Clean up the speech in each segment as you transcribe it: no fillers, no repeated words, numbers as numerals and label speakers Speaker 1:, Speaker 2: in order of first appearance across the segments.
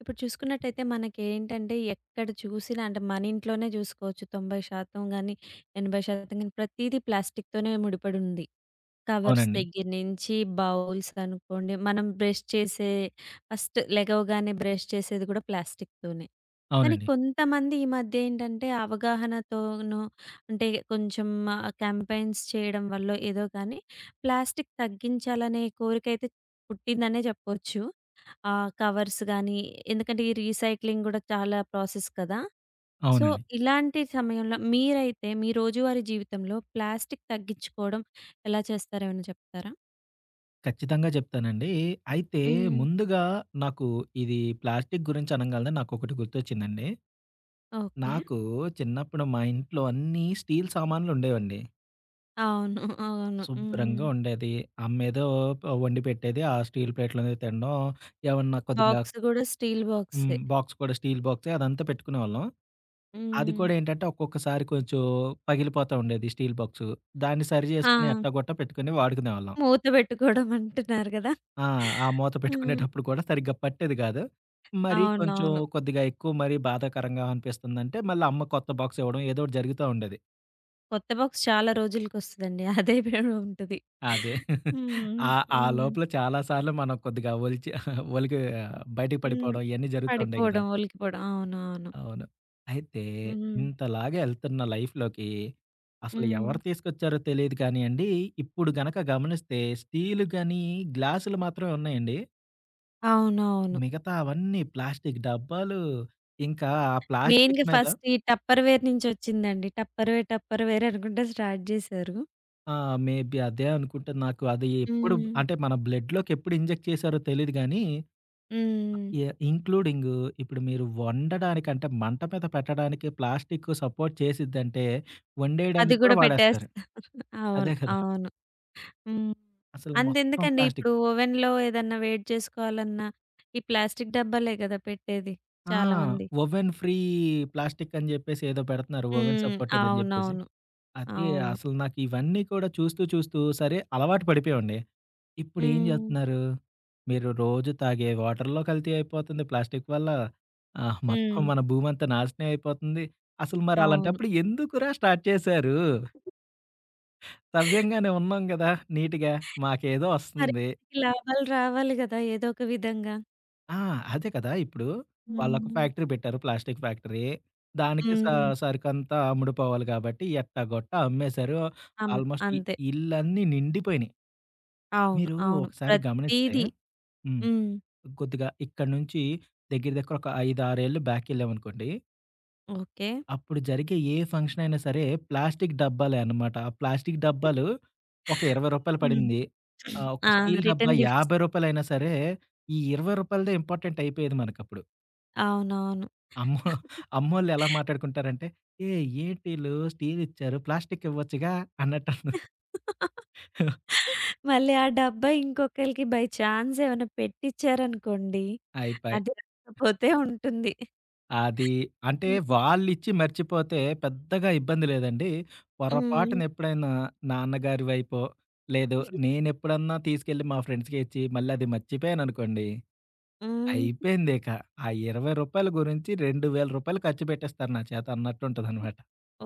Speaker 1: ఇప్పుడు చూసుకున్నట్టయితే మనకేంటంటే ఎక్కడ చూసినా అంటే మన ఇంట్లోనే చూసుకోవచ్చు 90% గాని, 80% గాని ప్రతీదీ ప్లాస్టిక్‌తోనే ముడిపడి ఉంది. కవర్స్
Speaker 2: అవునండి.
Speaker 1: దగ్గర నుంచి బౌల్స్ అనుకోండి, మనం బ్రష్ చేసే ఫస్ట్ లెగవగానే బ్రష్ చేసేది కూడా ప్లాస్టిక్‌తోనే. కానీ
Speaker 2: అవునండి.
Speaker 1: కొంతమంది ఈ మధ్య ఏంటంటే అవగాహనతోనో అంటే కొంచెం క్యాంపెయిన్స్ చేయడం వల్లో ఏదో కానీ ప్లాస్టిక్ తగ్గించాలనే కోరికైతే పుట్టిందనే చెప్పొచ్చు. ఆ! కవర్స్ గానీ, ఎందుకంటే ఈ రీసైక్లింగ్ గూడా చాలా ప్రాసెస్ కదా! సో,
Speaker 2: అవునండి.
Speaker 1: ఇలాంటి సమయంలో మీరైతే మీ రోజువారీ జీవితంలో ప్లాస్టిక్ తగ్గించుకోవడం ఎలా చేస్తారో ఏమైనా చెప్తారా?
Speaker 2: ఖచ్చితంగా చెప్తానండి. అయితే
Speaker 1: హ్మ్.
Speaker 2: ముందుగా నాకు ఇది ప్లాస్టిక్ గురించి అనంగాల్నే నాకొకటి గుర్తొచ్చిందండి.
Speaker 1: ఓకే.
Speaker 2: నాకు చిన్నప్పుడు మా ఇంట్లో అన్నీ స్టీల్ సామాన్లుండేవండి.
Speaker 1: అవును. అవును. హ్మ్.
Speaker 2: శుభ్రంగా ఉండేది. అమ్మేదో వండి పెట్టేది. ఆ స్టీల్ ప్లేట్‌లోనే తినడం. ఏమన్నా కొద్దిగా
Speaker 1: బాక్స్ గూడా స్టీల్
Speaker 2: హ్మ్.
Speaker 1: బాక్సే.
Speaker 2: బాక్స్ కూడా స్టీల్ బాక్సే, అదంతా పెట్టుకునేవాళ్ళం. అది
Speaker 1: హ్మ్.
Speaker 2: కూడా ఏంటంటే ఒక్కొక్కసారి కొంచెం పగిలిపోతా ఉండేది స్టీల్ బాక్సు. దాన్ని సరి
Speaker 1: ఆ!
Speaker 2: జేసుకొని ఎట్టాగొట్టా పెట్టుకొని వాడుకునేవాళ్ళం.
Speaker 1: మూత పెట్టుకోవడం అంటున్నారు గదా!
Speaker 2: ఆ! ఆ మూత
Speaker 1: హ్మ్.
Speaker 2: పెట్టుకునేటప్పుడు కూడా సరిగ్గా పట్టేది కాదు. మరి కొంచెం
Speaker 1: అవునవును.
Speaker 2: కొద్దిగా ఎక్కువ మరి బాధాకరంగా అనిపిస్తుందంటే మళ్ళీ అమ్మ కొత్త బాక్స్ ఇవ్వడం ఏదో ఒకటి జరుగుతా ఉండేది.
Speaker 1: కొత్త బాక్స్ చాలా రోజులకొస్తదండి. అదే బె ఉంటది.
Speaker 2: అదే.
Speaker 1: హ్మ్.
Speaker 2: ఆ ఆ
Speaker 1: హ్మ్.
Speaker 2: లోపల చాలా సార్లు మనం కొద్దిగా ఒలిచి ఒలికి బయటికి
Speaker 1: హ్మ్.
Speaker 2: పడిపోవడం ఇయన్నీ జరుగుతా ఉండేయి కదా!
Speaker 1: పడిపోవడం, ఒలికిపోవడం. అవును. అవును.
Speaker 2: అవును. అయితే
Speaker 1: హ్మ్.
Speaker 2: ఇంతలాగా ఎళ్తున్న లైఫ్‌లోకి అసలు
Speaker 1: హ్మ్.
Speaker 2: ఎవరు తీసుకొచ్చారో తెలీదు కానియండి, ఇప్పుడు గనక గమనిస్తే స్టీలు గాని, గ్లాసులు మాత్రమే ఉన్నాయండి.
Speaker 1: అవునవును.
Speaker 2: మిగతా అవన్నీ ప్లాస్టిక్ డబ్బాలు. ఇంకా ఆ ప్లాస్టిక్
Speaker 1: మెయిన్‌గా
Speaker 2: మీద
Speaker 1: ఫస్ట్ ఈ టప్పర్‌వేర్ నుంచొచ్చిందండి. టప్పర్‌వేర్, టప్పర్‌వేర్ అనుకుంట స్టార్ట్ జేశారు.
Speaker 2: ఆ! మేబీ అదే అనుకుంటే నాకు అది ఎప్పుడు
Speaker 1: హ్మ్.
Speaker 2: అంటే మన బ్లడ్‌లోకి ఎప్పుడు ఇంజెక్ట్ చేశారో తెలీదు గానీ,
Speaker 1: హ్మ్.
Speaker 2: ఇంక్లూడింగ్ ఇప్పుడు మీరు వండడానికి అంటే మంట మీద పెట్టడానికి ప్లాస్టిక్ సపోర్ట్ చేసిద్దంటే,
Speaker 1: అది
Speaker 2: వండేయడానికి కూడా
Speaker 1: గూడా
Speaker 2: వాడేస్తారు.
Speaker 1: పెట్టేస్తా. అవును.
Speaker 2: అదే కదా!
Speaker 1: అవును. హ్మ్.
Speaker 2: అసలు మొత్తం
Speaker 1: అంతెందుకండి ఇప్పుడు
Speaker 2: ప్లాస్టిక్.
Speaker 1: ఓవెన్‌లో ఏదన్నా వేడి చేసుకోవాలన్నా ఈ ప్లాస్టిక్ డబ్బాలే గదా పెట్టేది
Speaker 2: ఆ!
Speaker 1: చాలా మంది.
Speaker 2: ఓవెన్ ఫ్రీ ప్లాస్టిక్ అని జెప్పేసి ఏదో పెడుతున్నారు. ఓవెన్
Speaker 1: హ్మ్.
Speaker 2: సపోర్టెడ్ అని జెప్పేసి.
Speaker 1: అవునవును.
Speaker 2: అదే
Speaker 1: అవును.
Speaker 2: అసలు నాకివన్నీ కూడా చూస్తూ, చూస్తూ సరే అలవాటు పడిపోయామండి. ఇప్పుడేం
Speaker 1: హ్మ్.
Speaker 2: జేస్తున్నారు, మీరు రోజు తాగే వాటర్‌లో కల్తీ అయిపోతుంది ప్లాస్టిక్ వల్ల. మొత్తం
Speaker 1: హ్మ్.
Speaker 2: మన భూమంతా నాశనం అయిపోతుంది. అసలు మరి
Speaker 1: అవును.
Speaker 2: అలాంటప్పుడు ఎందుకురా స్టార్ట్ చేశారు? సవ్యంగానే ఉన్నాం గదా! నీట్‌గా మాకేదో
Speaker 1: మరి
Speaker 2: ఒస్తుంది.
Speaker 1: మనకి లాభాలు రావాలి గదా! ఏదో ఒక విధంగా.
Speaker 2: ఆ! అదే కదా! ఇప్పుడు
Speaker 1: హ్మ్.
Speaker 2: వాళ్ళొక
Speaker 1: హ్మ్.
Speaker 2: ఫ్యాక్టరీ పెట్టారు, ప్లాస్టిక్ ఫ్యాక్టరీ. దానికి
Speaker 1: హ్మ్.
Speaker 2: సరుకంతా అమ్ముడుపోవాలి గాబట్టి ఎట్టాగొట్టా అమ్మేశారు.
Speaker 1: అం
Speaker 2: ఆల్మోస్ట్
Speaker 1: అంతే.
Speaker 2: ఇళ్ళన్నీ నిండిపోయినయి.
Speaker 1: అవును.
Speaker 2: మీరు
Speaker 1: అవును.
Speaker 2: ఒకసారి గమనిస్తే
Speaker 1: ప్రతీది.
Speaker 2: హ్మ్.
Speaker 1: హ్మ్.
Speaker 2: కొద్దిగా ఇక్కడి నుంచి దగ్గర దగ్గర ఒక 5, 6 ఏళ్ళు బ్యాకెళ్ళామనుకోండి.
Speaker 1: ఓకే.
Speaker 2: అప్పుడు జరిగే ఏ ఫంక్షన్ అయినా సరే ప్లాస్టిక్ డబ్బాలే అన్నమాట. ఆ ప్లాస్టిక్ డబ్బాలు ఒక రూ. 20
Speaker 1: హ్మ్.
Speaker 2: పడింది. ఒక
Speaker 1: ఆ!
Speaker 2: స్టీల్ డబ్బా
Speaker 1: రిటర్న్
Speaker 2: రూ.
Speaker 1: గిఫ్ట్స్.
Speaker 2: 50 అయినా సరే ఈ రూ. 20దే ఇంపార్టెంట్ అయిపోయేది మనకప్పుడు.
Speaker 1: అవునవును.
Speaker 2: అమ్మో అమ్మోళ్ళు ఎలా మాట్లాడుకుంటారంటే, "ఏయ్! ఏంటీళ్ళు స్టీల్ ఇచ్చారు, ప్లాస్టిక్ ఇవ్వచ్చుగా" అన్నట్టు
Speaker 1: మళ్ళీ ఆ డబ్బా ఇంకొకళ్ళకి బై చాన్స్ ఏమైనా పెట్టిచ్చారనుకోండి,
Speaker 2: అయిపాయే.
Speaker 1: అది రాకపోతే ఉంటుంది.
Speaker 2: అది అంటే
Speaker 1: హ్మ్.
Speaker 2: వాళ్ళిచ్చి మర్చిపోతే పెద్దగా ఇబ్బంది లేదండి.
Speaker 1: హ్మ్.
Speaker 2: పొరపాటున ఎప్పుడైనా నాన్నగారి వైపో, లేదు నేనెప్పుడన్నా తీసుకెళ్ళి మా ఫ్రెండ్స్‌కి ఇచ్చి మళ్ళీ అది మర్చిపోయాననుకోండి,
Speaker 1: హ్మ్.
Speaker 2: అయిపోయిందిక. ఆ రూ. 20 గురించి రూ. 2000 ఖర్చు పెట్టేస్తారు నా చేత అన్నట్టుంటదనమాట.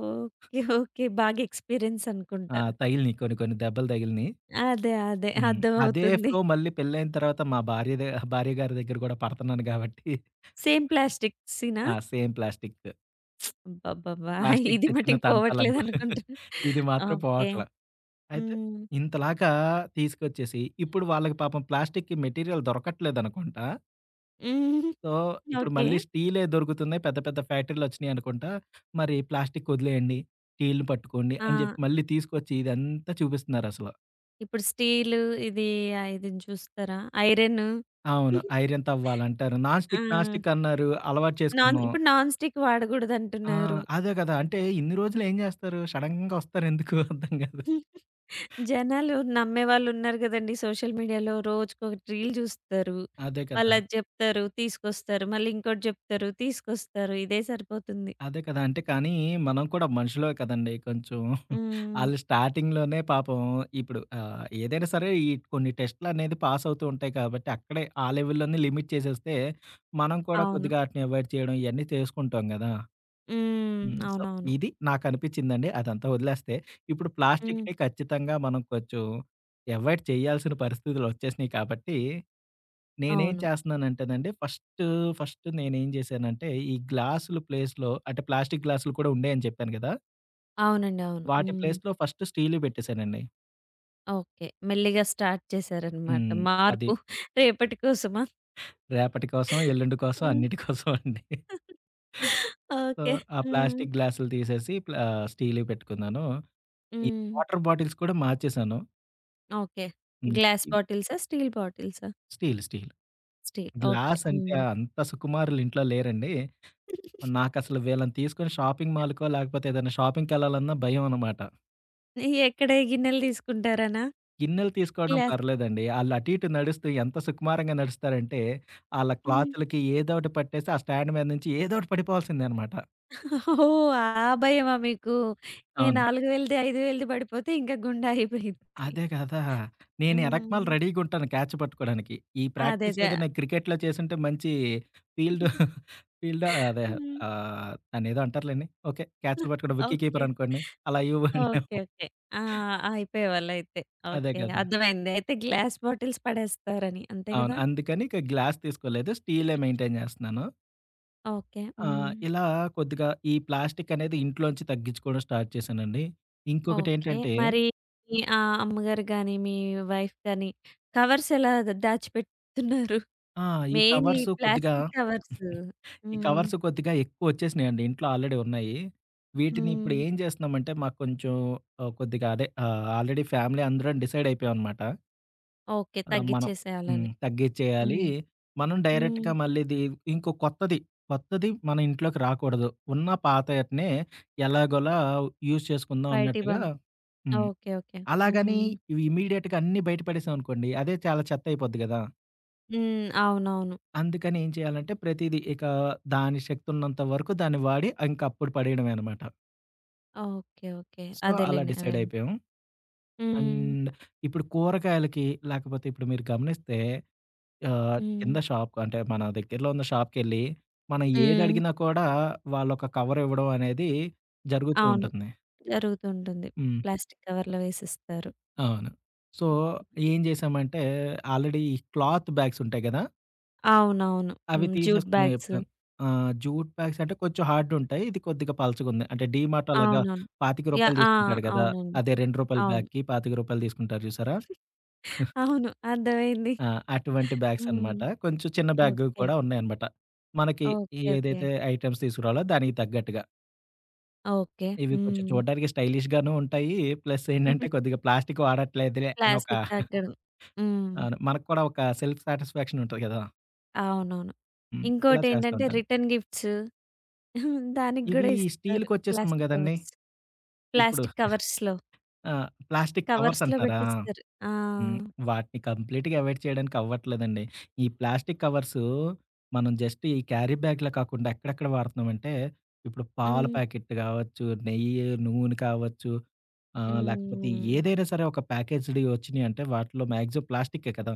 Speaker 1: ఓకే. ఓకే. బాగా ఎక్స్‌పీరియన్స్
Speaker 2: ఆ!
Speaker 1: అనుకుంటా.
Speaker 2: తగిలినియి, కొన్ని కొన్ని దెబ్బలు తగిలినియి.
Speaker 1: అదే. అదే.
Speaker 2: హ్మ్. అదే
Speaker 1: అర్థమవుతుంది.
Speaker 2: ఫ్లో మళ్ళీ పెళ్ళైన తర్వాత మా భార్య గారి దగ్గర కూడా పడతన్నాను గాబట్టి
Speaker 1: సేమ్ ప్లాస్టిక్సేనా?
Speaker 2: ఆ! Same plastic.
Speaker 1: అబ్బబ్బబ్బా!
Speaker 2: ప్లాస్టిక్
Speaker 1: ఇది
Speaker 2: తెచ్చిన
Speaker 1: మటికి
Speaker 2: తంటాలనుకో,
Speaker 1: పోవట్లేదనుకుంటా.
Speaker 2: ఇది మాత్రం
Speaker 1: ఓకే.
Speaker 2: పోవట్ల. అయితే
Speaker 1: హ్మ్.
Speaker 2: ఇంతలాగా తీసుకొచ్చేసి, ఇప్పుడు వాళ్ళకి పాపం ప్లాస్టిక్‌కి మెటీరియల్ దొరకట్లేదనుకుంటా.
Speaker 1: హ్మ్.
Speaker 2: సో, ఇప్పుడు
Speaker 1: ఓకే.
Speaker 2: మళ్ళీ స్టీలే దొరుకుతున్నాయి. పెద్ద పెద్ద ఫ్యాక్టరీలొచ్చినాయి అనుకుంటా. మరి ప్లాస్టిక్ వదిలేయండి. స్టీల్‌ని పట్టుకోండి
Speaker 1: ఆ!
Speaker 2: అని జెప్పి మళ్ళీ తీసుకొచ్చి ఇదంతా చూపిస్తున్నారసల.
Speaker 1: ఇప్పుడు స్టీలు ఇది ఇది చూస్తారా? ఐరను.
Speaker 2: అవును. ఐరన్ తవ్వాలంటారు. నాన్
Speaker 1: ఆ!
Speaker 2: స్టిక్, నాన్ స్టిక్ అన్నారు. అలవాటు
Speaker 1: నాన్
Speaker 2: చేసుకున్నాం.
Speaker 1: ఇప్పుడు నాన్ స్టిక్
Speaker 2: ఆ!
Speaker 1: వాడకూడదంటున్నారు.
Speaker 2: అదే కదా! అంటే ఇన్ని రోజులు ఏం జేస్తారు? సడెన్‌గా ఒస్తారెందుకు అర్థం గాదు.
Speaker 1: జనాలు నమ్మేవాళ్ళున్నారు గదండీ సోషల్ మీడియాలో. రోజుకొకటి రీల్ జూస్తారు.
Speaker 2: అదే కదా!
Speaker 1: వాళ్ళది జెప్తారు, తీసుకొస్తారు. మళ్ళీ ఇంకోటి జెప్తారు, తీసుకొస్తారు. ఇదే సరిపోతుంది.
Speaker 2: అదే కదా! అంటే కానీ మనం కూడా మనుషులే కదండీ కొంచెం.
Speaker 1: హ్మ్.
Speaker 2: ఆళ్ళు స్టార్టింగ్‌లోనే పాపం ఇప్పుడు ఏదైనా సరే ఈ కొన్ని టెస్ట్‌లనేది పాస్ అవుతూ ఉంటాయి కాబట్టి అక్కడే ఆ లెవెల్‌లోనే లిమిట్ చేసేస్తే మనం కూడా
Speaker 1: అవును.
Speaker 2: కొద్దిగా ఆటిని అవాయిడ్ చేయడం ఇయన్నీ చేసుకుంటాం గదా!
Speaker 1: హ్మ్.
Speaker 2: హ్మ్. సో,
Speaker 1: అవునవును.
Speaker 2: ఇది నాకనిపిచ్చిందండి. అదంతా వదిలేస్తే ఇప్పుడు
Speaker 1: హ్మ్.
Speaker 2: ప్లాస్టిక్‌ని ఖచ్చితంగా మనం కొంచెం అవాయిడ్ చేయాల్సిన పరిస్థితులొచ్చేసినియి కాబట్టి నేనేం
Speaker 1: అవును.
Speaker 2: చేస్తున్నానంటేనండి, ఫస్ట్, నేనేం జేశానంటే, ఈ గ్లాసుల ప్లేస్‌లో అంటే ప్లాస్టిక్ గ్లాసులు కూడా ఉండేయని చెప్పాను గదా!
Speaker 1: అవునండి. అవును.
Speaker 2: వాటి
Speaker 1: హ్మ్.
Speaker 2: ప్లేస్‌లో ఫస్ట్ స్టీల్‌వి పెట్టేశానండి.
Speaker 1: ఓకే. మెల్లిగా స్టార్ట్ చేశారనమాట.
Speaker 2: హ్మ్. అది.
Speaker 1: మార్పు రేపటి కోసమా?
Speaker 2: రేపటి కోసం, ఎల్లుండి కోసం,
Speaker 1: హ్మ్.
Speaker 2: అన్నిటి కోసం అండి. So,
Speaker 1: okay.
Speaker 2: ఆ
Speaker 1: హ్మ్.
Speaker 2: ప్లాస్టిక్ గ్లాసులు తీసేసి స్టీల్‌వి పెట్టుకున్నాను. ఈ
Speaker 1: హ్మ్.
Speaker 2: వాటర్ బాటిల్స్ కూడా మార్చేశాను.
Speaker 1: ఓకే.
Speaker 2: హ్మ్.
Speaker 1: గ్లాస్ బాటిల్సా? స్టీల్ బాటిల్సా?
Speaker 2: Steel, steel.
Speaker 1: Steel. Okay.
Speaker 2: Glass అంటే
Speaker 1: హ్మ్.
Speaker 2: అంత సుకుమారులు ఇంట్లో లేరండి. నాకసలు వీళ్ళని తీసుకొని షాపింగ్ మాల్‌కో, లేకపోతే ఏదైనా షాపింగ్‌కెళ్ళాలన్నా భయమనమాట.
Speaker 1: ఎక్కడయి గిన్నెలు తీసుకుంటారనా?
Speaker 2: గిన్నెలు తీసుకోవడం
Speaker 1: గ్లాస్
Speaker 2: పర్లేదండి. ఆళ్ళు అటు ఇటు నడుస్తూ ఎంత సుకుమారంగా నడుస్తారంటే, ఆళ్ళ
Speaker 1: హ్మ్.
Speaker 2: క్లాతులకి ఏదో ఒకటి పట్టేసి ఆ స్టాండ్ మీద నుంచి ఏదో ఒకటి పడిపోవాల్సిందే అనమాట.
Speaker 1: ఓహ్! ఆ భయమా మీకు? ఏ
Speaker 2: అవును.
Speaker 1: 4000ది, 5000ది పడిపోతే ఇంకా గుండా అయిపోయిద్ది.
Speaker 2: అదే కదా! నేను ఎనకమాల
Speaker 1: హ్మ్.
Speaker 2: రెడీగా ఉంటాను క్యాచ్ పట్టుకోవడానికి. ఈ ప్రాక్టీస్
Speaker 1: అదదే.
Speaker 2: ఏదో నేను క్రికెట్‌లో చేసుంటే మంచి ఫీల్డ్ ఫీల్డ్ అదే
Speaker 1: హ్మ్.
Speaker 2: దాన్నేదో అంటారులెండి. ఓకే. క్యాచ్‌లు పట్టుకోవడం, విక్కీ
Speaker 1: ఓకే.
Speaker 2: కీపర్ అనుకోండి. అలా ఇవ్వండేమో.
Speaker 1: ఓకే. ఓకే. ఆ! అయిపోయేవాళ్ళయితే.
Speaker 2: అదే
Speaker 1: ఓకే.
Speaker 2: కదా!
Speaker 1: అర్థమైంది. అయితే గ్లాస్ బాటిల్స్ పడేస్తారని. అంతే
Speaker 2: అవును.
Speaker 1: గదా!
Speaker 2: అందుకని ఇక గ్లాస్ తీసుకోలేదు. స్టీలే మెయింటైన్ చేస్తున్నాను.
Speaker 1: ఓకే.
Speaker 2: ఆ!
Speaker 1: హ్మ్.
Speaker 2: ఇలా కొద్దిగా ఈ ప్లాస్టిక్ అనేది ఇంట్లోంచి తగ్గించుకోవడం స్టార్ట్ చేశానండి.
Speaker 1: ఓకే.
Speaker 2: ఇంకొకటేంటంటే
Speaker 1: మరి మీ అమ్మగారు గాని, మీ వైఫ్ గాని కవర్స్ ఎలా దాచిపెట్టుతున్నారు?
Speaker 2: ఆ! ఈ
Speaker 1: మెయిన్ ఈ
Speaker 2: కవర్స్ కొద్దిగా
Speaker 1: ప్లాస్టిక్ కవర్స్.
Speaker 2: ఈ
Speaker 1: హ్మ్.
Speaker 2: కవర్స్ కొద్దిగా ఎక్కువొచ్చేసినాయండి. ఇంట్లో ఆల్రెడీ ఉన్నాయి. వీటిని ఇప్పుడు
Speaker 1: హ్మ్.
Speaker 2: ఏం చేస్తున్నామంటే మాకు కొంచెం కొద్దిగా అదే ఆల్రెడీ ఫ్యామిలీ అందరం డిసైడ్ అయిపోయామనమాట.
Speaker 1: ఓకే.
Speaker 2: ఆ! మనం హ్మ్.
Speaker 1: తగ్గిచ్చేసేయాలని.
Speaker 2: తగ్గిచ్చేయాలి.
Speaker 1: హ్మ్.
Speaker 2: మనం
Speaker 1: హ్మ్.
Speaker 2: డైరెక్ట్‌గా మళ్ళీ ఇది ఇంకో కొత్తది మన ఇంట్లోకి రాకూడదు. ఉన్న పాతయటినే ఎలాగోలా యూజ్ చేసుకుందాం
Speaker 1: బయటికి
Speaker 2: అన్నట్టుగా
Speaker 1: పంప్
Speaker 2: హ్మ్.
Speaker 1: ఓకే. ఓకే.
Speaker 2: అలాగని
Speaker 1: హ్మ్.
Speaker 2: ఇవి ఇమ్మీడియేట్‌గా అన్నీ బయట పడేసామనుకోండి, అదే చాలా చెత్తయిపోద్ది గదా!
Speaker 1: హ్మ్. అవునవును.
Speaker 2: అందుకని ఏం చేయాలంటే ప్రతీదీ ఇక దాని శక్తున్నంత వరకు దాన్ని వాడి ఇంకప్పుడు పడేయడమే అనమాట.
Speaker 1: ఓకే. ఓకే.
Speaker 2: సో, అలా
Speaker 1: అదేలెండి.
Speaker 2: డిసైడ్
Speaker 1: అదేలెండి.
Speaker 2: అయిపోయాం.
Speaker 1: హ్మ్.
Speaker 2: అండ్ ఇప్పుడు కూరగాయలకి, లేకపోతే ఇప్పుడు మీరు గమనిస్తే
Speaker 1: హ్మ్.
Speaker 2: కింద షాప్ అంటే మన దగ్గరలో ఉన్న షాప్‌కెళ్ళి మనం
Speaker 1: హ్మ్.
Speaker 2: ఏదడిగినా కూడా వాళ్ళొక కవర్ ఇవ్వడం అనేది జరుగుతూ
Speaker 1: అవును.
Speaker 2: ఉంటుంది.
Speaker 1: జరుగుతుంటుంది.
Speaker 2: హ్మ్.
Speaker 1: ప్లాస్టిక్ కవర్‌లో వేసిస్తారు.
Speaker 2: అవును. సో, ఏం జేసామంటే ఆల్రెడీ ఈ క్లాత్ బ్యాగ్స్ ఉంటాయి గదా!
Speaker 1: అవునవును.
Speaker 2: అవి
Speaker 1: హ్మ్. జ్యూట్
Speaker 2: తీసేసుకున్నాం
Speaker 1: బ్యాగ్స్.
Speaker 2: ఆ! జూట్ బ్యాగ్స్ అంటే కొంచెం హార్డ్ ఉంటాయి. ఇది కొద్దిగా పలచగుంది. అంటే డీమార్ట్ అలాగా
Speaker 1: అవునవును.
Speaker 2: రూ.
Speaker 1: యాహ్!
Speaker 2: 25
Speaker 1: ఆ!
Speaker 2: తీసుకుంటాడు కదా!
Speaker 1: అవునండి.
Speaker 2: అదే రూ. 2
Speaker 1: అవును.
Speaker 2: బ్యాగ్‌కి రూ. 25 తీసుకుంటారు చూసారా?
Speaker 1: అవును. అర్థమైంది.
Speaker 2: ఆ! అటువంటి బ్యాగ్స్
Speaker 1: హ్మ్.
Speaker 2: అన్నమాట. కొంచెం చిన్న బ్యాగ్
Speaker 1: ఓకే.
Speaker 2: కూడా ఉన్నాయన్నమాట. మనకి
Speaker 1: ఓకే. ఓకే.
Speaker 2: ఏదైతే ఐటెమ్స్ తీసుకురావాలో దానికి తగ్గట్టుగా.
Speaker 1: ఓకే.
Speaker 2: ఇవి కొంచెం
Speaker 1: హ్మ్.
Speaker 2: చూడడానికి స్టైలిష్‌గాను ఉంటాయి. ప్లస్ ఏంటంటే కొద్దిగా ప్లాస్టిక్ వాడట్లేదులే అని ఒక
Speaker 1: ప్లాస్టిక్ తగ్గడం. హ్మ్.
Speaker 2: అవును, మనకు కూడా ఒక సెల్ఫ్ సాటిస్ఫాక్షన్ ఉంటది కదా!
Speaker 1: అవునవును.
Speaker 2: హ్మ్. ఇలా చేస్తూ
Speaker 1: ఇంకోటేంటంటే
Speaker 2: ఉంటాను.
Speaker 1: రిటర్న్ గిఫ్ట్స్ దానికి
Speaker 2: ఇవి
Speaker 1: గూడా ఇస్తారు.
Speaker 2: స్టీల్‌కొచ్చేసాము
Speaker 1: ప్లాస్టిక్
Speaker 2: కదండీ!
Speaker 1: కవర్స్.
Speaker 2: ఇప్పుడు
Speaker 1: ప్లాస్టిక్ కవర్స్‌లో,
Speaker 2: ఆ! ప్లాస్టిక్ కవర్స్
Speaker 1: కవర్స్‌లో
Speaker 2: అంటున్నారా?
Speaker 1: పెట్టిస్తారు. ఆ!
Speaker 2: హ్మ్. వాటిని కంప్లీట్‌గా అవాయిడ్ చేయడానికి అవ్వట్లేదండి. ఈ ప్లాస్టిక్ కవర్సు మనం జస్ట్ ఈ క్యారీ బ్యాగ్‌లా కాకుండా ఎక్కడెక్కడ వాడుతున్నామంటే, ఇప్పుడు పాల
Speaker 1: హ్మ్.
Speaker 2: ప్యాకెట్ కావచ్చు, నెయ్యి, నూనె కావచ్చు, లేకపోతే
Speaker 1: హ్మ్.
Speaker 2: ఏదైనా సరే ఒక ప్యాకేజ్‌డియి వచ్చినియంటే వాటిలో మాక్సిమం ప్లాస్టిక్కే కదా!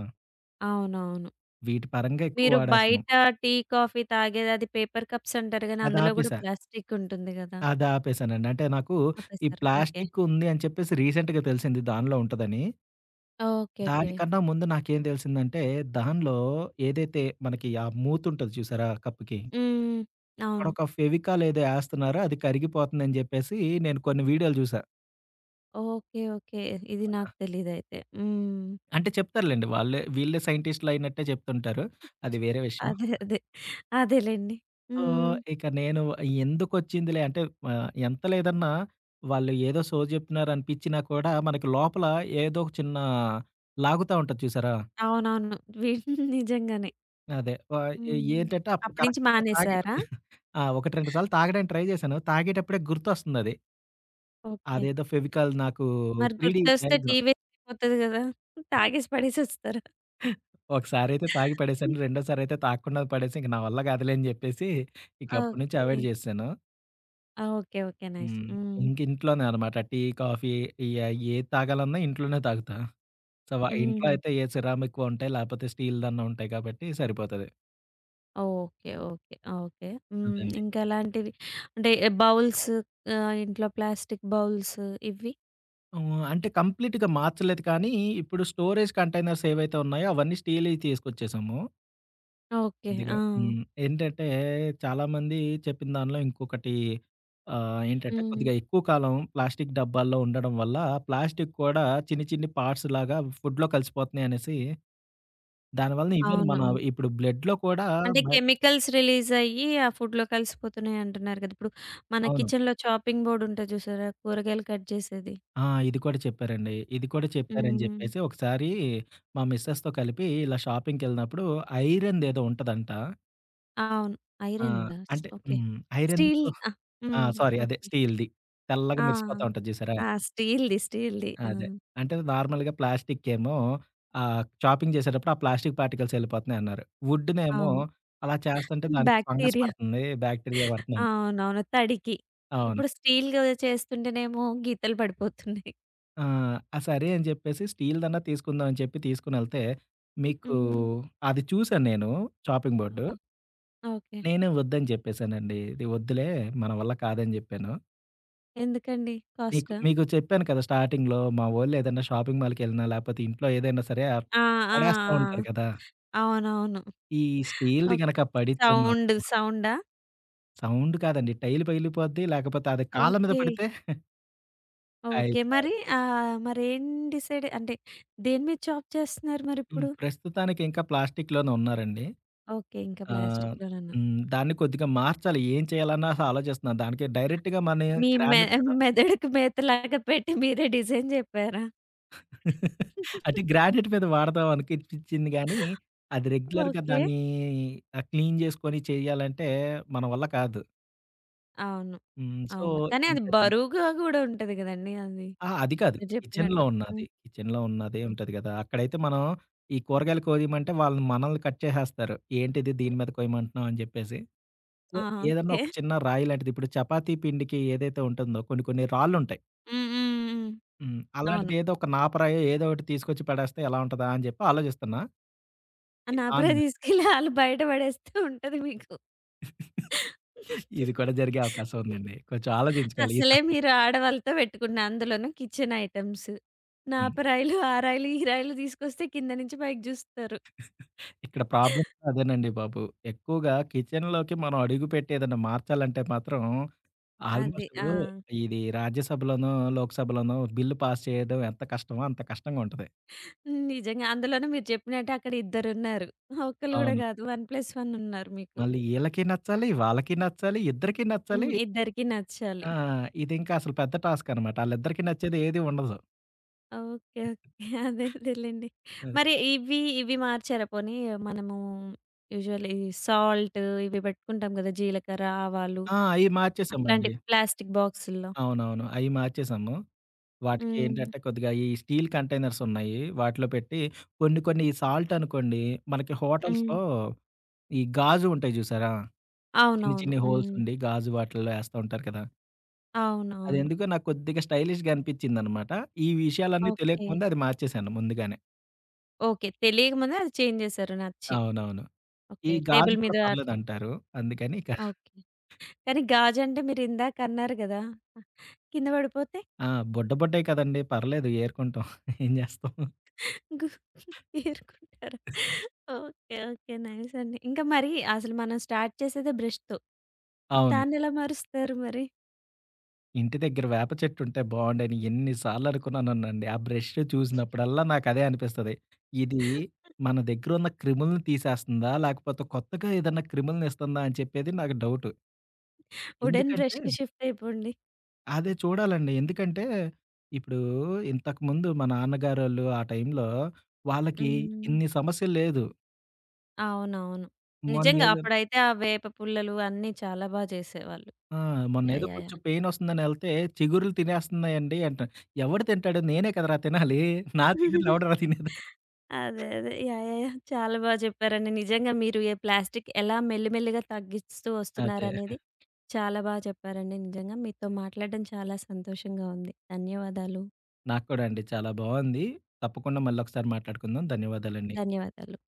Speaker 1: అవునవును.
Speaker 2: వీటి పరంగా ఎక్కువ
Speaker 1: మీరు
Speaker 2: వాడేస్తున్నాం.
Speaker 1: బయట టీ, కాఫీ తాగేది అది పేపర్ కప్స్ అంటారు గానీ,
Speaker 2: అది
Speaker 1: అందులో గూడా
Speaker 2: ఆపేసా.
Speaker 1: ప్లాస్టిక్ ఉంటుంది గదా!
Speaker 2: ఆపేసానండి. అంటే నాకు ఈ
Speaker 1: ఆపేసారా? ఓకే.
Speaker 2: ప్లాస్టిక్ ఉంది అని చెప్పేసి రీసెంట్‌గా తెలిసింది దానిలో ఉంటదని.
Speaker 1: ఓకే. ఓకే.
Speaker 2: దానికన్నా ముందు నాకేం తెలిసిందంటే, దానిలో ఏదైతే మనకి ఆ మూతుంటది చూసారా కప్పుకి, హ్మ్.
Speaker 1: హ్మ్. అవును.
Speaker 2: అక్కడొక ఫెవికాల్ ఏదో ఏస్తన్నారో అది కరిగిపోతుందని జెప్పేసి నేను కొన్ని వీడియోలు జూసా.
Speaker 1: ఓకే. ఓకే. ఇది నాకు తెలీదైతే. హ్మ్.
Speaker 2: అంటే చెప్తారులెండి, వాళ్ళే వీళ్ళే సైంటిస్ట్‌లయినట్టే చెప్తుంటారు. అది వేరే విషయం.
Speaker 1: అదే. అదే. అదేలెండి.
Speaker 2: సో,
Speaker 1: హ్మ్.
Speaker 2: ఇక నేను ఎందుకొచ్చిందిలే అంటే ఎంత లేదన్నా వాళ్ళు ఏదో సోది జెప్తున్నారనిపిచ్చినా కూడా మనకి లోపల ఏదో ఒక చిన్న లాగుతా ఉంటది చూసారా?
Speaker 1: అవునవును. వి నిజంగానే.
Speaker 2: అదే.
Speaker 1: హ్మ్.
Speaker 2: ఏంటంటే అప్పుడు
Speaker 1: అప్పటినుంచి
Speaker 2: కరెక్ట్‌గా
Speaker 1: మానేసారా?
Speaker 2: తాగేటప్పుడు ఆ! 1, 2 సార్లు తాగడానికి ట్రై చేశాను. తాగేటప్పుడే గుర్తొస్తుందది.
Speaker 1: ఓకే.
Speaker 2: అదేదో ఫెవికాల్ నాకు
Speaker 1: మరి
Speaker 2: 3 డీ
Speaker 1: గుర్తొస్తే టీ
Speaker 2: డయాగ్రామ్.
Speaker 1: వేస్ట్ అయిపోతది గదా! తాగేసి పడేసొస్తారా?
Speaker 2: ఒకసారయితే తాగి
Speaker 1: ఓకే.
Speaker 2: పడేసాను. రెండోసారయితే తాగకుండా పడేసి ఇంక నా వల్ల కాదులే అని చెప్పేసి ఇక
Speaker 1: ఆ!
Speaker 2: అప్పటి నుంచి అవాయిడ్ చేసేశాను.
Speaker 1: ఓకే. ఓకే. నైస్.
Speaker 2: హ్మ్.
Speaker 1: హ్మ్.
Speaker 2: ఇంక ఇంట్లోనే అనమాట. టీ, కాఫీ ఏది తాగాలన్నా ఇంట్లోనే తాగుతా. సో, ఇంట్లో
Speaker 1: హుహు.
Speaker 2: అయితే ఏ సిరామిక్‌వి ఉంటాయి. లేకపోతే స్టీల్‌దన్నా ఉంటాయి కాబట్టి సరిపోతది.
Speaker 1: ఓకే. ఓకే. ఓకే. హ్మ్.
Speaker 2: అదండి.
Speaker 1: ఇంకెలాంటివి? అంటే బౌల్స్ ఇంట్లో ప్లాస్టిక్ బౌల్స్ ఇవి?
Speaker 2: హ్మ్. అంటే కంప్లీట్‌గా మార్చలేదు కానీ, ఇప్పుడు స్టోరేజ్ కంటైనర్స్ ఏవైతే ఉన్నాయో అవన్నీ స్టీల్‌యి తీసుకొచ్చేసాము
Speaker 1: ఓకే.
Speaker 2: కొద్దిగా.
Speaker 1: ఆ!
Speaker 2: హ్మ్. ఏంటంటే చాలామంది చెప్పిన దానిలో ఇంకొకటి ఏంటంటే
Speaker 1: హ్మ్.
Speaker 2: కొద్దిగా ఎక్కువ కాలం ప్లాస్టిక్ డబ్బాల్లో ఉండడం వల్ల ప్లాస్టిక్ కూడా చిన్ని చిన్ని పార్ట్స్ లాగా ఫుడ్‌లో కలిసిపోతున్నాయి అనేసి దానివలన ఈవెన్ మన
Speaker 1: అవునవును.
Speaker 2: ఇప్పుడు బ్లడ్‌లో కూడా
Speaker 1: అంటే
Speaker 2: బై
Speaker 1: కెమికల్స్ రిలీజ్ అయ్యి ఆ ఫుడ్‌లో కలిసిపోతున్నాయి అంటున్నారు కదా! ఇప్పుడు మన
Speaker 2: అవును.
Speaker 1: కిచెన్‌లో చాపింగ్ బోర్డ్ ఉంటది చూసారా? కూరగాయలు కట్ చేసేది.
Speaker 2: ఆ! ఇది కూడా చెప్పారండి. ఇది కూడా చెప్పారని
Speaker 1: హ్మ్.
Speaker 2: చెప్పేసి ఒకసారి మా మిసెస్‌తో కలిపి ఇలా షాపింగ్‌కెళ్ళినప్పుడు ఐరన్‌దేదో ఉంటదంట.
Speaker 1: అవును.
Speaker 2: ఆ!
Speaker 1: ఐరన్‌దా?
Speaker 2: అంటే
Speaker 1: ఓకే.
Speaker 2: హ్మ్. ఐరన్‌ది
Speaker 1: స్టీల్
Speaker 2: చు
Speaker 1: ఆ!
Speaker 2: ఆ!
Speaker 1: హ్మ్.
Speaker 2: సారీ. అదే
Speaker 1: ఓకే.
Speaker 2: స్టీల్‌ది. తెల్లగా
Speaker 1: ఆ!
Speaker 2: మెరిసిపోతా ఉంటది చూసారా?
Speaker 1: ఆ! స్టీల్‌ది. స్టీల్‌ది. ఆ!
Speaker 2: అదే. అంటే నార్మల్‌గా ప్లాస్టికేమో చాపింగ్ చేసేటప్పుడు ఆ ప్లాస్టిక్ పార్టికల్స్ ఎళ్ళిపోతున్నాయి అన్నారు. వుడ్‌నేమో
Speaker 1: అవును.
Speaker 2: అలా చేస్తుంటే దానికి ఫంగస్
Speaker 1: బ్యాక్టీరియా.
Speaker 2: పడుతుంది, బాక్టీరియా పడుతుందంట.
Speaker 1: అవునవును. తడికి.
Speaker 2: అవును.
Speaker 1: ఇప్పుడు స్టీల్‌గా చేస్తుంటేనేమో గీతలు పడిపోతున్నాయి.
Speaker 2: ఆ! ఆ! సరే అని చెప్పేసి స్టీల్‌దన్నా తీసుకుందాం అని చెప్పి తీసుకొనెళ్తే మీకు
Speaker 1: హ్మ్.
Speaker 2: అది చూసాను నేను, చాపింగ్ బోర్డు.
Speaker 1: ఓహ్! ఓకే.
Speaker 2: నేనే వద్దని చెప్పేసానండి. ఇది వద్దులే, మన వల్ల కాదని చెప్పాను.
Speaker 1: ఎందుకండి? కాస్టా?
Speaker 2: మీకు చెప్పాను కదా! స్టార్టింగ్‌లో మా వోళ్ళు ఏదైనా షాపింగ్ మాల్‌కెళ్ళినా, లేపోతే ఇంట్లో ఏదైనా సరే ఆ
Speaker 1: ఆ! ఆ!
Speaker 2: పడేస్తా ఉంటారు
Speaker 1: ఆ!
Speaker 2: కదా!
Speaker 1: అవునవును.
Speaker 2: ఈ స్టీల్‌ది
Speaker 1: ఓహ్!
Speaker 2: గనక పడితే
Speaker 1: సౌండ్
Speaker 2: మాత్రం
Speaker 1: సౌండా?
Speaker 2: సౌండ్ కాదండి. టైల్ పగిలిపోద్ది. లేకపోతే అది కాళ్ళ మీద
Speaker 1: ఓకే.
Speaker 2: పడితే
Speaker 1: ఓకే.
Speaker 2: అయిపాయే.
Speaker 1: మరి మరేం డిసైడ్ అంటే దేని మీద జాబ్ చేస్తున్నారు
Speaker 2: హ్మ్.
Speaker 1: మరిప్పుడు?
Speaker 2: ప్రస్తుతానికి ఇంకా ప్లాస్టిక్‌లోనే ఉన్నారండి.
Speaker 1: ఓకే. ఇంకా
Speaker 2: ఆహ్,
Speaker 1: ప్లాస్టిక్‌లోనన్నా.
Speaker 2: హ్మ్. దాన్ని కొద్దిగా మార్చాలి. ఏం చేయాలన్నా అసలు ఆలోచిస్తున్నాను. దానికి డైరెక్ట్‌గా మనం
Speaker 1: మీ మె
Speaker 2: గ్రానైట్ మీద
Speaker 1: మెదడుకి మేతలాగా పెట్టి మీరే డిజైన్ చెప్పారా?
Speaker 2: అంటే గ్రానైట్ మీద వాడదాం అనిపించింది గానీ, అది రెగ్యులర్‌గా
Speaker 1: ఓకే.
Speaker 2: దాన్ని క్లీన్ చేసుకొని చేయాలంటే మన వల్ల కాదు.
Speaker 1: అవును.
Speaker 2: హ్మ్. సో,
Speaker 1: అవును. కానీ అది
Speaker 2: ఇంకది
Speaker 1: బరువుగా గూడా ఉంటది గదండీ అది.
Speaker 2: ఆ! అది కాదు.
Speaker 1: మీరు
Speaker 2: కిచెన్‌లో
Speaker 1: చెప్పినట్టు.
Speaker 2: ఉన్నది.
Speaker 1: హ్మ్.
Speaker 2: కిచెన్‌లో ఉన్నదే
Speaker 1: ఓహ్!
Speaker 2: ఉంటది కదా! అక్కడైతే మనం ఈ కూరగాయలు కోయమంటే వాళ్ళు మనల్ని కట్ చేసేస్తారు. ఏంటిది దీని మీద కోయమంటున్నావు అని చెప్పేసి. సో,
Speaker 1: ఆ!
Speaker 2: ఏదన్నా
Speaker 1: ఓకే.
Speaker 2: ఒక చిన్న రాయి లాంటిది, ఇప్పుడు చపాతీ పిండికి ఏదైతే ఉంటుందో కొన్ని కొన్ని రాళ్ళుంటాయి.
Speaker 1: హ్మ్. హ్మ్. హ్మ్.
Speaker 2: హ్మ్.
Speaker 1: అవును.
Speaker 2: అలాంటిది ఏదో ఒక నాపరాయో ఏదో ఒకటి తీసుకొచ్చి పడేస్తే ఎలా ఉంటదా అని చెప్పి ఆలోచిస్తున్నా.
Speaker 1: ఆ నాపరే తీసుకెళ్ళి ఆళ్ళు బయట పడేస్తే ఉంటది మీకు.
Speaker 2: ఇది కూడా జరిగే అవకాశం ఉందండి. కొంచెం ఆలోచించుకోవాలి
Speaker 1: అసలే
Speaker 2: ఈసారి.
Speaker 1: మీరు ఆడవాళ్ళతో పెట్టుకున్న అందులోనూ కిచెన్ ఐటెమ్స్.
Speaker 2: హ్మ్.
Speaker 1: నాపరాయిలు, ఆ రాయిలు, ఈ రాయిలు తీసుకొస్తే కింద నుంచి పైకి జూస్తారు.
Speaker 2: ఇక్కడ ప్రాబ్లమ్ కూడా అదేనండి బాబు. ఎక్కువగా కిచెన్‌లోకి మనం అడుగుపెట్టి ఏదైనా మార్చాలంటే మాత్రం
Speaker 1: అది.
Speaker 2: ఆల్‌మోస్ట్
Speaker 1: ఆ!
Speaker 2: ఇది రాజ్యసభలోనో, లోక్‌సభలోనో బిల్లు పాస్ చేయడం ఎంత కష్టమో అంత కష్టంగా ఉంటది.
Speaker 1: నిజంగా అందులోనూ మీరు చెప్పినట్టు అక్కడ ఇద్దరున్నారు. ఒకళ్ళు గూడా
Speaker 2: అవును.
Speaker 1: గాదు 1+1 ఉన్నారు మీకు.
Speaker 2: మళ్ళీ ఈళ్ళకి నచ్చాలి, వాళ్ళకి నచ్చాలి, ఇద్దరికీ నచ్చాలి.
Speaker 1: హ్మ్. ఇద్దరికీ నచ్చాలి.
Speaker 2: ఆ! ఇదింకా అసలు పెద్ద టాస్క్ అనమాట. ఆళ్ళిద్దరికీ నచ్చేది ఏది ఉండదు.
Speaker 1: ఓకే. ఓకే. అదే అదేలెండి.
Speaker 2: అది.
Speaker 1: మరి ఇవి, ఇవి మార్చారా? పోనీ మనము యూజువల్లీ సాల్ట్ ఇవి పెట్టుకుంటాం కదా! జీలకర్ర, ఆవాలు
Speaker 2: ఆ! అయి
Speaker 1: అట్లాంటి
Speaker 2: మార్చేసామండి.
Speaker 1: ప్లాస్టిక్ బాక్సుల్లో.
Speaker 2: అవునవును. అయి మార్చేసాము. వాటికి
Speaker 1: హ్మ్.
Speaker 2: ఏంటంటే కొద్దిగా ఈ స్టీల్ కంటైనర్స్ ఉన్నాయి. వాటిలో పెట్టి కొన్ని కొన్ని సాల్ట్ అనుకోండి మనకి
Speaker 1: హ్మ్.
Speaker 2: హోటల్స్‌లో ఈ గాజు ఉంటాయి చూసారా? చిన్ని
Speaker 1: అవునవును.
Speaker 2: చిన్ని హోల్స్
Speaker 1: హ్మ్.
Speaker 2: ఉండి గాజు వాటిల్లో ఏస్తా ఉంటారు కదా!
Speaker 1: అవునవును.
Speaker 2: అదెందుకో నాకు కొద్దిగా స్టైలిష్‌గా అనిపించిందనమాట. ఈ విషయాలన్నీ
Speaker 1: ఓకే.
Speaker 2: తెలియకముందే అది మార్చేశాను ముందుగానే.
Speaker 1: ఓకే. తెలియకముందే అది చేంజ్ చేశారు నచ్చి.
Speaker 2: అవునవును. ఈ
Speaker 1: ఓకే.
Speaker 2: గాజు
Speaker 1: టేబుల్
Speaker 2: కూడా
Speaker 1: మీద అట్లా
Speaker 2: పర్లేదంటారు. అందుకని ఇక
Speaker 1: ఓకే. కానీ గాజంటే మీరిందాకన్నారు గదా! కింద పడిపోతే?
Speaker 2: ఆ! బుడ్డ బుడ్డయి కదండీ! పర్లేదు ఏరుకుంటాం. ఏం చేస్తాం.
Speaker 1: గు ఏరుకుంటారా? ఓకే. ఓకే. నైస్ అండి. ఇంకా మరి అసలు మనం స్టార్ట్ చేసేదే బ్రష్‌తో.
Speaker 2: అవును.
Speaker 1: దాన్నెలా మారుస్తారు మరి?
Speaker 2: ఇంటి దగ్గర వేప చెట్టు ఉంటే బావుండని ఎన్ని సార్లు అనుకున్నానోనండి. ఆ బ్రష్ చూసినప్పుడల్లా నాకదే అనిపిస్తది. ఇది మన దగ్గరున్న క్రిములను తీసేస్తందా? లేకపోతే కొత్తగా ఏదన్నా క్రిములను ఇస్తందా? అని చెప్పేది నాకు డౌటు.
Speaker 1: వుడెన్
Speaker 2: ఎందుకంటే
Speaker 1: బ్రష్‌కి షిఫ్ట్ అయిపోండి.
Speaker 2: అదే చూడాలండి. ఎందుకంటే ఇప్పుడు ఇంతకుముందు మా నాన్నగారోళ్ళు ఆ టైంలో వాళ్ళకి
Speaker 1: హ్మ్.
Speaker 2: ఇన్ని సమస్యలు లేదు.
Speaker 1: అవునవును. నిజంగా
Speaker 2: మొన్నేదో
Speaker 1: అప్పుడైతే ఆ వేప పుల్లలు అన్నీ చాలా బా చేసేవాళ్ళు.
Speaker 2: ఆ!
Speaker 1: యాహ్!
Speaker 2: మొన్నేదో
Speaker 1: యాహ్! యాహ్!
Speaker 2: కొంచెం పెయినొస్తుందని ఎళ్తే చిగురులు తినేస్తున్నాయండి అంటారు. ఎవడు తింటాడు? నేనే కదరా తినాలి. నా చిగుర్లు ఎవడురా తినేది?
Speaker 1: అదే. అదే. యాహ్! యాహ్! యాహ్! చాలా బా చెప్పారండి. నిజంగా మీరు ఏ ప్లాస్టిక్ ఎలా మెల్లిమెల్లిగా తగ్గిస్తూ
Speaker 2: అదే.
Speaker 1: వస్తున్నారనేది చాలా బాగా చెప్పారండి నిజంగా. మీతో మాట్లాడడం చాలా సంతోషంగా ఉంది. ధన్యవాదాలు.
Speaker 2: నాకు కూడా అండి. చాలా బావుంది. తప్పకుండా మళ్ళొకసారి మాట్లాడుకుందాం. ధన్యవాదాలండి.
Speaker 1: ధన్యవాదాలు.